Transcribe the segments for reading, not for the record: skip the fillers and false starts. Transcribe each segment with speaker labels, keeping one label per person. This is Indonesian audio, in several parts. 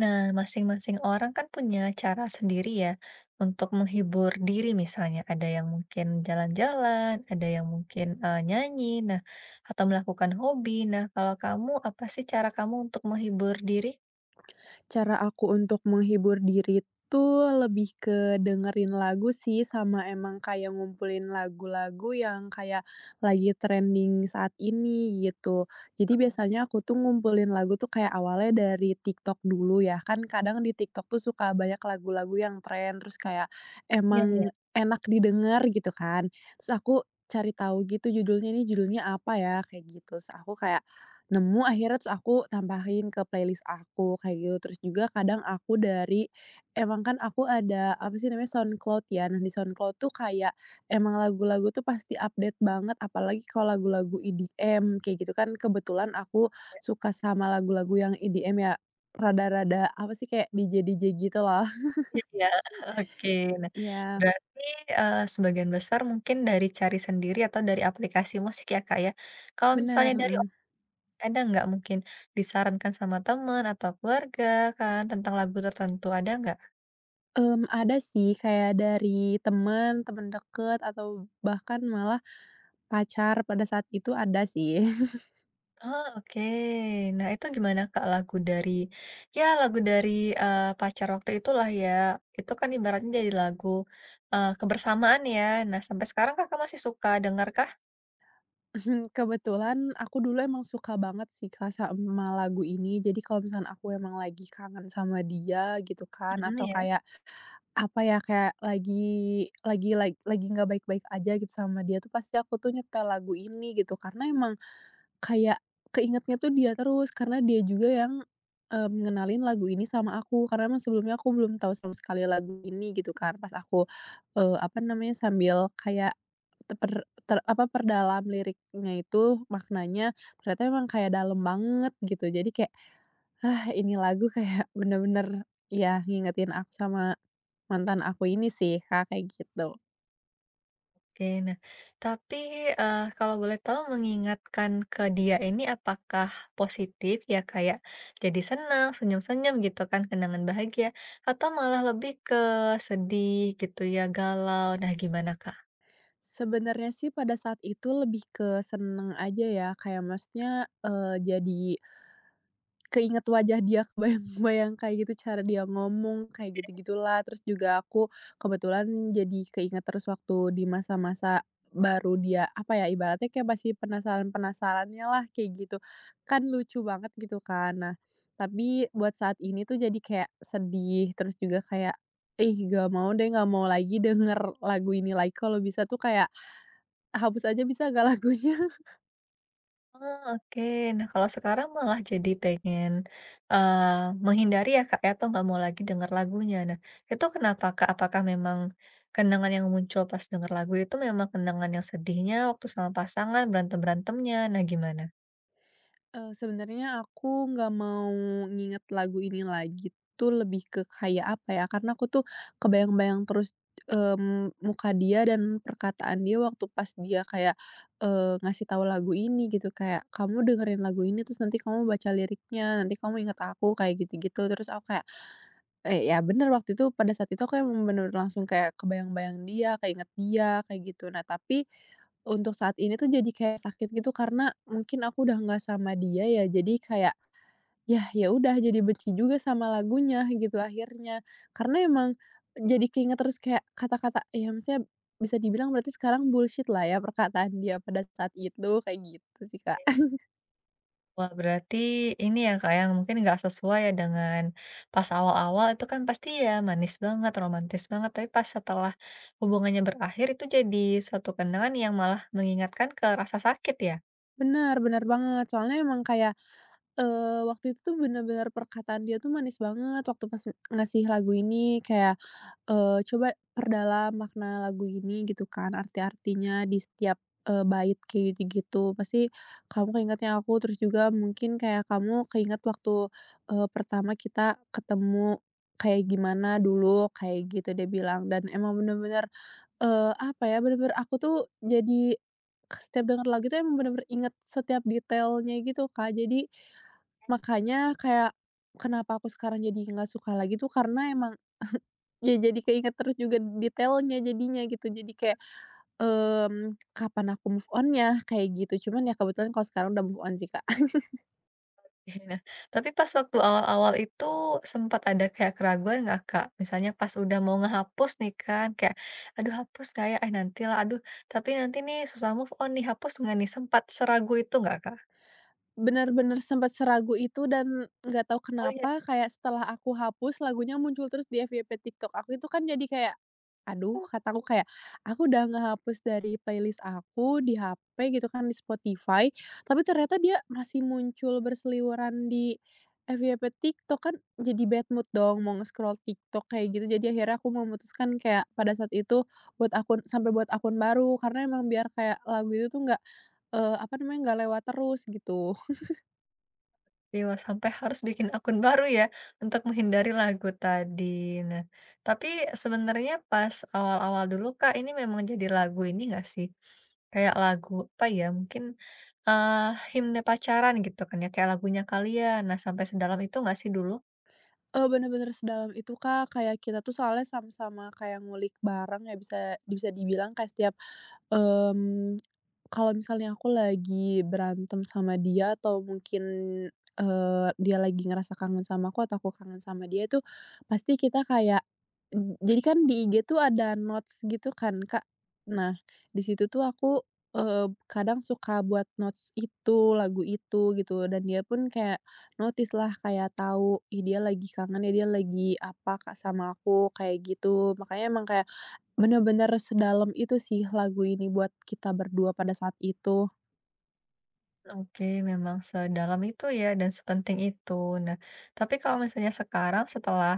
Speaker 1: Nah, masing-masing orang kan punya cara sendiri ya untuk menghibur diri misalnya. Ada yang mungkin jalan-jalan, ada yang mungkin nyanyi, nah atau melakukan hobi. Nah, kalau kamu apa sih cara kamu untuk menghibur diri?
Speaker 2: Cara aku untuk menghibur diri tuh lebih ke dengerin lagu sih, sama emang kayak ngumpulin lagu-lagu yang kayak lagi trending saat ini gitu. Jadi biasanya aku tuh ngumpulin lagu tuh kayak awalnya dari TikTok dulu ya, kan kadang di TikTok tuh suka banyak lagu-lagu yang trend, terus kayak
Speaker 1: Iya, ya.
Speaker 2: emang enak didengar gitu kan. Terus aku cari tahu gitu judulnya, ini judulnya apa ya, kayak gitu. Terus aku kayak nemu akhirnya, terus aku tambahin ke playlist aku kayak gitu. Terus juga kadang aku dari emang kan aku ada apa sih namanya, SoundCloud ya. Nah, di SoundCloud tuh kayak emang lagu-lagu tuh pasti update banget, apalagi kalau lagu-lagu EDM kayak gitu kan. Kebetulan aku suka sama lagu-lagu yang EDM ya, rada-rada apa sih, kayak DJ-DJ gitu loh.
Speaker 1: Iya, iya. Oke. Nah,
Speaker 2: Iya,
Speaker 1: berarti sebagian besar mungkin dari cari sendiri atau dari aplikasi musik ya, Kak ya. Kalau
Speaker 2: benar.
Speaker 1: misalnya dari
Speaker 2: Mhm.
Speaker 1: orang, ada nggak mungkin disarankan sama teman atau keluarga kan tentang lagu tertentu ada nggak?
Speaker 2: Ada sih, kayak dari temen, temen deket, atau bahkan malah pacar pada saat itu, ada sih.
Speaker 1: Oh, oke. Nah, itu gimana, Kak, lagu dari ya lagu dari, pacar waktu itulah ya, itu kan ibaratnya jadi lagu, kebersamaan ya. Nah, sampai sekarang Kakak masih suka dengar kah?
Speaker 2: Mhm, kebetulan aku dulu emang suka banget sih, Kak, sama lagu ini. Jadi kalau misalnya aku emang lagi kangen sama dia gitu kan,
Speaker 1: Mhm,
Speaker 2: atau
Speaker 1: ya.
Speaker 2: kayak apa ya, kayak lagi lagi nggak baik-baik aja gitu sama dia tuh, pasti aku tuh nyetel lagu ini gitu. Karena emang kayak keingetnya tuh dia terus, karena dia juga yang, ngenalin lagu ini sama aku, karena emang sebelumnya aku belum tahu sama sekali lagu ini gitu kan. Pas aku, apa namanya, sambil kayak perdalam liriknya itu maknanya, ternyata emang kayak dalam banget gitu. Jadi kayak, ah, ini lagu kayak bener-bener, ya ngingetin aku sama mantan aku ini sih, Kak, kayak gitu.
Speaker 1: Oke, nah, tapi, kalau boleh tahu mengingatkan ke dia ini apakah positif ya, kayak jadi senang, senyum-senyum gitu kan, kenangan bahagia, atau malah lebih ke sedih gitu ya, galau, nah gimana, Kak?
Speaker 2: Sebenarnya sih pada saat itu lebih ke seneng aja ya, kayak maksudnya, jadi keinget wajah dia, kebayang-bayang kayak gitu, cara dia ngomong, kayak gitu-gitulah. Terus juga aku kebetulan jadi keinget terus waktu di masa-masa baru dia, apa ya, ibaratnya kayak masih penasaran-penasarannya lah, kayak gitu. Kan lucu banget gitu kan. Nah, tapi buat saat ini tuh jadi kayak sedih, terus juga kayak, "Ih, gak mau deh, gak mau lagi denger lagu ini lagi." Kalau bisa tuh kayak hapus aja bisa gak lagunya?
Speaker 1: Oh, oke. Nah, kalau sekarang malah jadi pengen, menghindari ya, Kak, ya, atau nggak mau lagi dengar lagunya. Nah, itu kenapa, Kak? Apakah memang kenangan yang muncul pas dengar lagu itu memang kenangan yang sedihnya waktu sama pasangan, berantem-berantemnya? Nah, gimana?
Speaker 2: Sebenarnya aku nggak mau nginget lagu ini lagi tuh lebih ke kayak apa ya, karena aku tuh kebayang-bayang terus, muka dia dan perkataan dia waktu pas dia kayak, ngasih tahu lagu ini gitu, kayak, "Kamu dengerin lagu ini terus nanti kamu baca liriknya, nanti kamu inget aku," kayak gitu-gitu. Terus aku kayak, eh, ya bener, waktu itu pada saat itu aku emang bener langsung kayak kebayang-bayang dia, keinget dia, kayak gitu. Nah tapi, untuk saat ini tuh jadi kayak sakit gitu karena mungkin aku udah nggak sama dia ya, jadi kayak, ya ya udah jadi benci juga sama lagunya gitu akhirnya. Karena emang, jadi keinget terus kayak kata-kata, "Eh, ya maksudnya, bisa dibilang berarti sekarang bullshit lah ya perkataan dia pada saat itu," kayak gitu sih, Kak.
Speaker 1: Wah, berarti ini ya, Kak, yang mungkin nggak sesuai ya dengan pas awal-awal itu kan pasti ya manis banget, romantis banget, tapi pas setelah hubungannya berakhir itu jadi suatu kenangan yang malah mengingatkan ke rasa sakit ya?
Speaker 2: Benar benar banget, soalnya emang kayak waktu itu tuh bener-bener perkataan dia tuh manis banget waktu pas ngasih lagu ini kayak, "Coba perdalam makna lagu ini," gitu kan, "arti-artinya di setiap, bait," kayak gitu-gitu. "Pasti kamu keingetnya aku," terus juga mungkin kayak, "Kamu keinget waktu, pertama kita ketemu kayak gimana dulu," kayak gitu dia bilang. Dan emang bener-bener, apa ya, bener-bener aku tuh jadi setiap denger lagu itu emang bener-bener inget setiap detailnya gitu, Kak. Jadi, makanya kayak, kenapa aku sekarang jadi nggak suka lagi tuh karena emang ya jadi keinget terus juga detailnya jadinya gitu. Jadi kayak, kapan aku move on-nya, kayak gitu. Cuman ya kebetulan kalau sekarang udah move on sih, Kak.
Speaker 1: Nah, tapi pas waktu awal-awal itu sempat ada kayak keraguan nggak, Kak? Misalnya pas udah mau ngehapus nih kan, kayak, "Aduh hapus kayak eh, nantilah, aduh tapi nanti nih susah move on nih, hapus nggak nih?" Sempat seragu itu nggak, Kak?
Speaker 2: Bener-bener sempat seragu itu dan nggak tahu
Speaker 1: Oh iya.
Speaker 2: kenapa kayak setelah aku hapus lagunya muncul terus di FYP TikTok aku, itu kan jadi kayak, "Aduh," kataku, kayak, "aku udah ngehapus dari playlist aku di HP," gitu kan, di Spotify, tapi ternyata dia masih muncul berseliweran di FYP TikTok, kan jadi bad mood dong mau nge-scroll TikTok kayak gitu. Jadi akhirnya aku memutuskan kayak pada saat itu buat akun, sampai buat akun baru karena emang biar kayak lagu itu tuh nggak, apa namanya, nggak lewat terus gitu.
Speaker 1: Dewa sampai harus bikin akun baru ya, untuk menghindari lagu tadi. Nah, tapi sebenarnya pas awal-awal dulu, Kak, ini memang jadi lagu ini nggak sih? Kayak lagu apa ya, mungkin, eee, himne pacaran gitu kan ya, kayak lagunya Kalian. Nah, sampai sedalam itu nggak sih dulu?
Speaker 2: Bener-bener sedalam itu, Kak. Kayak kita tuh soalnya sama-sama kayak ngulik bareng ya, bisa bisa dibilang kayak setiap, mmm, kalau misalnya aku lagi berantem sama dia atau mungkin, dia lagi ngerasa kangen sama aku atau aku kangen sama dia itu, pasti kita kayak jadi kan di IG tuh ada notes gitu kan, Kak. Nah, di situ tuh aku, kadang suka buat notes itu, lagu itu gitu, dan dia pun kayak notice lah kayak tahu, ih dia lagi kangen ya, dia lagi apa Kak sama aku, kayak gitu. Makanya emang kayak bener-bener sedalam itu sih lagu ini buat kita berdua pada saat itu.
Speaker 1: Oke, memang sedalam itu ya dan sepenting itu. Nah, tapi kalau misalnya sekarang setelah,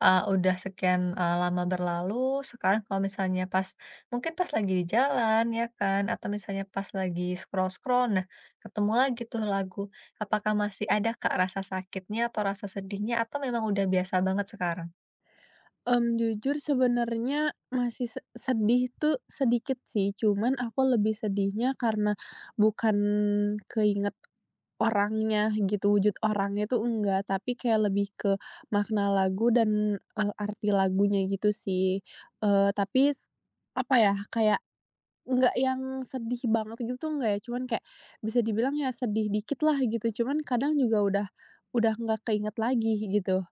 Speaker 1: udah sekian, lama berlalu, sekarang kalau misalnya pas mungkin pas lagi di jalan ya kan, atau misalnya pas lagi scroll-scroll, nah ketemu lagi tuh lagu. Apakah masih ada Kak, rasa sakitnya atau rasa sedihnya atau memang udah biasa banget sekarang?
Speaker 2: Jujur sebenarnya masih sedih tuh sedikit sih, cuman aku lebih sedihnya karena bukan keinget orangnya gitu, wujud orangnya tuh enggak, tapi kayak lebih ke makna lagu dan, arti lagunya gitu sih. Tapi apa ya, kayak nggak yang sedih banget gitu tuh nggak ya, cuman kayak bisa dibilang ya sedih dikit lah gitu, cuman kadang juga udah nggak keinget lagi gitu.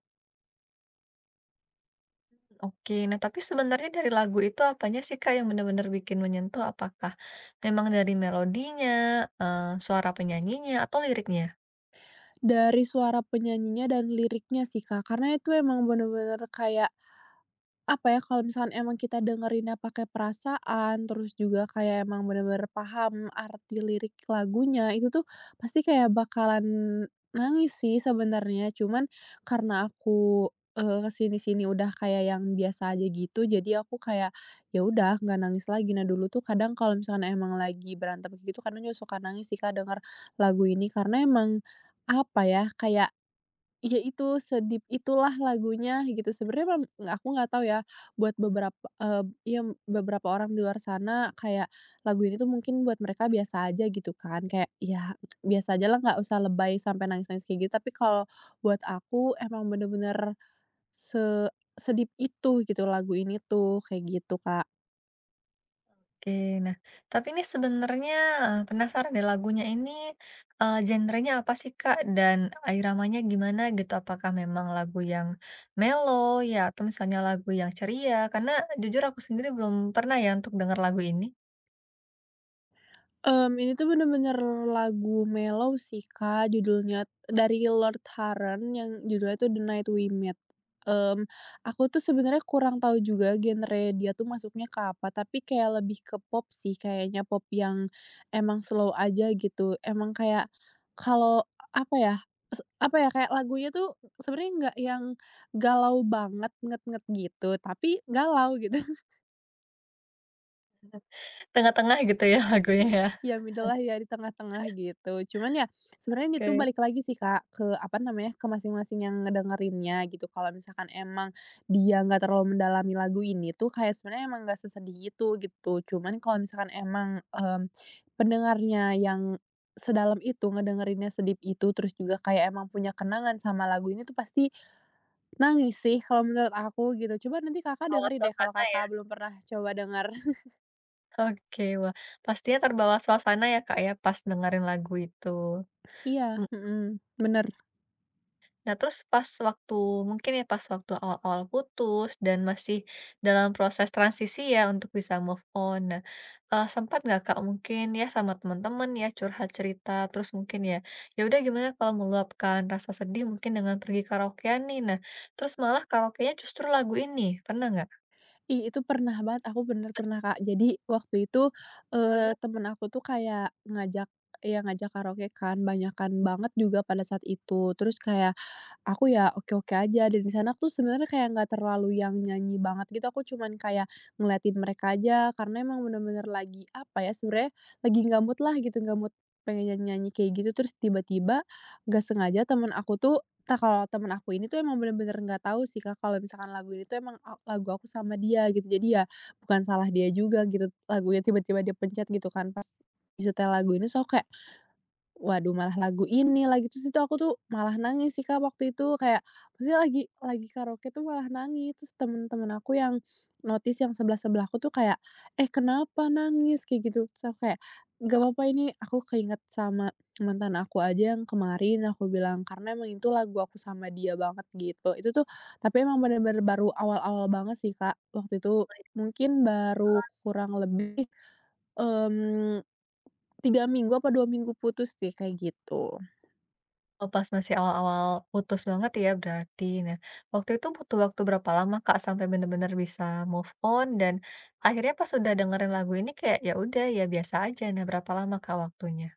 Speaker 1: Oke, nah tapi sebenarnya dari lagu itu apanya sih Kak, yang benar-benar bikin menyentuh? Apakah memang dari melodinya, suara penyanyinya, atau liriknya?
Speaker 2: Dari suara penyanyinya dan liriknya sih, Kak, karena itu emang bener-bener kayak apa ya, kalau misalkan emang kita dengerinnya pakai perasaan, terus juga kayak emang bener-bener paham arti lirik lagunya, itu tuh pasti kayak bakalan nangis sih sebenarnya. Cuman karena aku, ke sini udah kayak yang biasa aja gitu, jadi aku kayak, ya udah nggak nangis lagi. Nah, dulu tuh kadang kalau misalkan emang lagi berantem kayak gitu, kadang juga suka nangis sih, Kak, denger lagu ini. Karena emang, apa ya, kayak iya itu, sedip itulah lagunya gitu. Sebenarnya nggak aku nggak tahu ya, buat beberapa, ya beberapa orang di luar sana kayak lagu ini tuh mungkin buat mereka biasa aja gitu kan, kayak ya biasa ajalah nggak usah lebay sampai nangis-nangis kayak gitu. Tapi kalau buat aku emang bener-bener se se itu gitu lagu ini tuh, kayak gitu, Kak.
Speaker 1: Oke, nah tapi ini sebenarnya, penasaran deh lagunya ini, genrenya apa sih Kak, dan iramanya gimana gitu? Apakah memang lagu yang melo ya, atau misalnya lagu yang ceria? Karena jujur aku sendiri belum pernah ya untuk dengar lagu ini,
Speaker 2: Ini tuh bener-bener lagu mellow sih, Kak, judulnya dari Lord Huron yang judulnya tuh The Night We Met. Mmm, aku tuh sebenarnya kurang tahu juga genre dia tuh masuknya ke apa, tapi kayak lebih ke pop sih kayaknya, pop yang emang slow aja gitu. Emang kayak kalau apa ya, kayak lagunya tuh sebenarnya nggak yang galau banget, nget-nget gitu, tapi galau gitu.
Speaker 1: tengah-tengah gitu ya lagunya ya,
Speaker 2: Ya middle-lah ya, di tengah-tengah gitu. Cuman ya sebenarnya itu
Speaker 1: kayak
Speaker 2: balik lagi sih, Kak, ke apa namanya, ke masing-masing yang ngedengerinnya gitu. Kalau misalkan emang dia nggak terlalu mendalami lagu ini tuh kayak sebenarnya emang nggak sesedih itu gitu. Cuman kalau misalkan emang, pendengarnya yang sedalam itu, ngedengerinnya sedip itu, terus juga kayak emang punya kenangan sama lagu ini tuh pasti nangis sih kalau menurut aku gitu. Coba nanti Kakak
Speaker 1: awal
Speaker 2: dengerin deh kalau
Speaker 1: suasana ya.
Speaker 2: Kakak belum pernah coba denger.
Speaker 1: Oke, wah, pastinya terbawa suasana ya, Kak, ya, pas dengerin lagu itu.
Speaker 2: Iya,
Speaker 1: Mhm.
Speaker 2: mhm, bener.
Speaker 1: Nah, terus pas waktu mungkin ya pas waktu awal-awal putus dan masih dalam proses transisi ya untuk bisa move on. Nah, sempat nggak, Kak, mungkin ya sama teman-teman ya curhat cerita, terus mungkin ya, ya udah gimana kalau meluapkan rasa sedih mungkin dengan pergi karaokean nih. Nah, terus malah karaokenya justru lagu ini, pernah
Speaker 2: Ih, itu pernah banget, aku bener pernah, Kak. Jadi waktu itu,
Speaker 1: nggak?
Speaker 2: temen aku tuh kayak ya ngajak karaoke kan, banyakan banget juga pada saat itu. Terus kayak aku ya oke-oke aja, dan di sana aku tuh sebenarnya kayak nggak terlalu yang nyanyi banget gitu, aku cuman kayak ngeliatin mereka aja karena emang bener-bener lagi, apa ya, sebenarnya lagi nggak mood lah gitu, nggak mood pengen nyanyi-nyanyi kayak gitu, terus tiba-tiba nggak sengaja temen aku tuh tak kalau temen aku ini tuh emang bener-bener nggak tahu sih Kak, kalau misalkan lagu ini tuh emang lagu aku sama dia gitu, jadi ya bukan salah dia juga gitu, lagunya tiba-tiba dia pencet gitu kan, pas disetel lagu ini, terus kayak waduh malah lagu ini lagi, terus itu aku tuh malah nangis sih Kak waktu itu, kayak maksudnya lagi karaoke tuh malah nangis, terus temen-temen aku yang notice yang sebelah-sebelah aku tuh kayak, "Eh kenapa nangis?" Kayak gitu. Terus aku kayak, "Gak apa-apa, ini aku keinget sama mantan aku aja yang kemarin," aku bilang, "karena emang itu lagu aku sama dia banget," gitu. Itu tuh tapi emang bener-bener baru awal-awal banget sih Kak, waktu itu mungkin baru kurang lebih, mmm, 3 minggu apa 2 minggu putus sih, kayak gitu.
Speaker 1: Oh, pas masih awal-awal putus banget ya berarti. Nah, waktu itu butuh waktu berapa lama, Kak, sampai bener-bener bisa move on dan akhirnya pas udah dengerin lagu ini kayak, ya udah ya biasa aja. Nah, berapa lama, Kak, waktunya?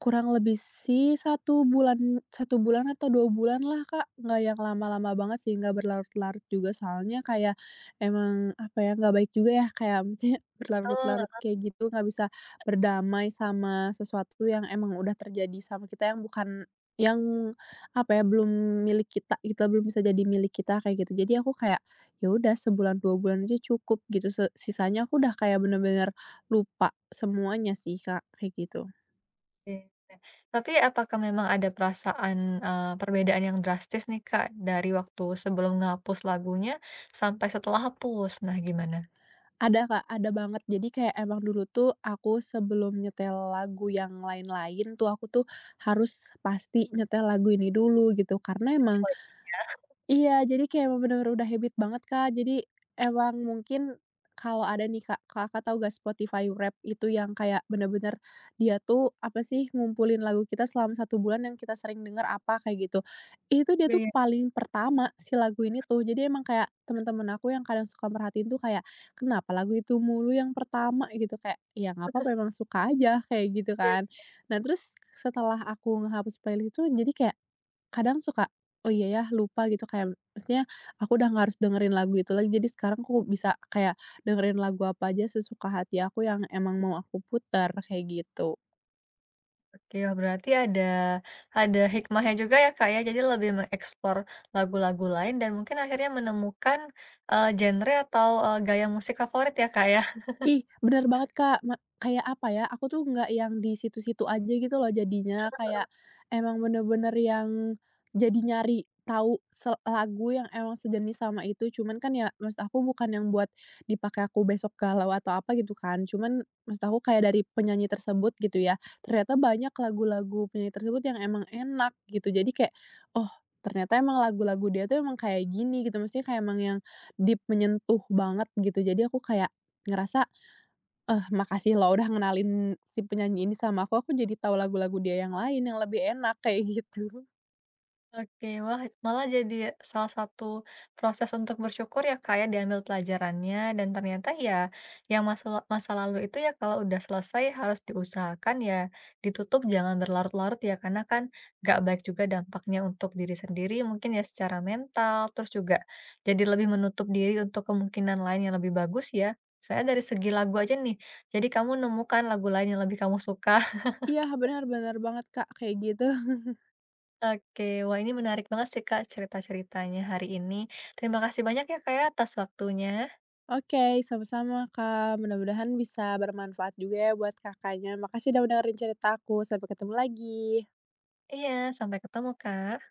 Speaker 2: Kurang lebih sih satu bulan, satu bulan atau 2 bulan lah, Kak, nggak yang lama-lama banget sih, nggak berlarut-larut juga soalnya kayak emang, apa ya, nggak baik juga ya kayak maksudnya
Speaker 1: Betul,
Speaker 2: berlarut-larut kayak gitu, nggak bisa berdamai sama sesuatu yang emang udah terjadi sama kita yang bukan yang, apa ya, belum milik kita kita belum bisa jadi milik kita kayak gitu. Jadi aku kayak, ya udah sebulan 2 bulan aja cukup gitu, sisanya aku udah kayak bener-bener lupa semuanya sih, Kak, kayak gitu.
Speaker 1: oke. Tapi apakah memang ada perasaan, perbedaan yang drastis nih, Kak, dari waktu sebelum ngapus lagunya sampai setelah hapus? Nah, gimana?
Speaker 2: Ada Kak, ada banget. Jadi kayak emang dulu tuh aku sebelum nyetel lagu yang lain-lain tuh, aku tuh harus pasti nyetel lagu ini dulu gitu, karena emang
Speaker 1: Wah,
Speaker 2: iya, jadi kayak emang bener-bener udah habit banget, Kak. Jadi emang mungkin kalau ada nih, Kak, Kakak tahu gak Spotify Wrapped itu yang kayak bener-bener dia tuh, apa sih, ngumpulin lagu kita selama satu bulan yang kita sering denger apa, kayak gitu. Itu dia
Speaker 1: iya,
Speaker 2: tuh
Speaker 1: iya.
Speaker 2: paling pertama si lagu ini tuh. Jadi emang kayak teman-teman aku yang kadang suka merhatiin tuh kayak, "Kenapa lagu itu mulu yang pertama?" Gitu, kayak, "Ya nggak apa-apa, emang suka aja," kayak gitu kan. Nah, terus setelah aku ngehapus playlist itu jadi kayak kadang suka, "Oh iya ya, lupa," gitu, kayak maksudnya aku udah nggak harus dengerin lagu itu lagi, jadi sekarang aku bisa kayak dengerin lagu apa aja sesuka hati aku yang emang mau aku putar kayak gitu.
Speaker 1: Oke, wah berarti ada hikmahnya juga ya Kak ya, jadi lebih mengeksplor lagu-lagu lain dan mungkin akhirnya menemukan, genre atau, gaya musik favorit ya Kak ya?
Speaker 2: Ih, bener banget, Kak, kayak apa ya, aku tuh nggak yang di situ-situ aja gitu loh jadinya, kayak emang bener-bener yang jadi nyari tahu lagu yang emang sejenis sama itu, cuman kan ya maksud aku bukan yang buat dipakai aku besok galau atau apa gitu kan, cuman maksud aku kayak dari penyanyi tersebut gitu ya, ternyata banyak lagu-lagu penyanyi tersebut yang emang enak gitu. Jadi kayak, oh, ternyata emang lagu-lagu dia tuh emang kayak gini gitu, maksudnya kayak emang yang deep, menyentuh banget gitu. Jadi aku kayak ngerasa, eh, makasih lo udah ngenalin si penyanyi ini sama aku jadi tahu lagu-lagu dia yang lain yang lebih enak, kayak gitu.
Speaker 1: Oke, wah malah jadi salah satu proses untuk bersyukur ya Kak ya diambil pelajarannya dan ternyata ya yang masa, masa lalu itu ya kalau udah selesai harus diusahakan ya ditutup jangan berlarut-larut ya karena kan gak baik juga dampaknya untuk diri sendiri mungkin ya secara mental terus juga jadi lebih menutup diri untuk kemungkinan lain yang lebih bagus ya. Saya dari segi lagu aja nih, jadi kamu nemukan lagu lain yang lebih kamu suka.
Speaker 2: Iya, benar-benar banget, Kak, kayak gitu.
Speaker 1: Oke, wah ini menarik banget sih Kak cerita-ceritanya hari ini. Terima kasih banyak ya Kak ya atas waktunya.
Speaker 2: Oke, sama-sama, Kak, mudah-mudahan bisa bermanfaat juga ya buat Kakaknya. Makasih udah dengerin ceritaku, sampai ketemu lagi.
Speaker 1: Iya, sampai ketemu Kak.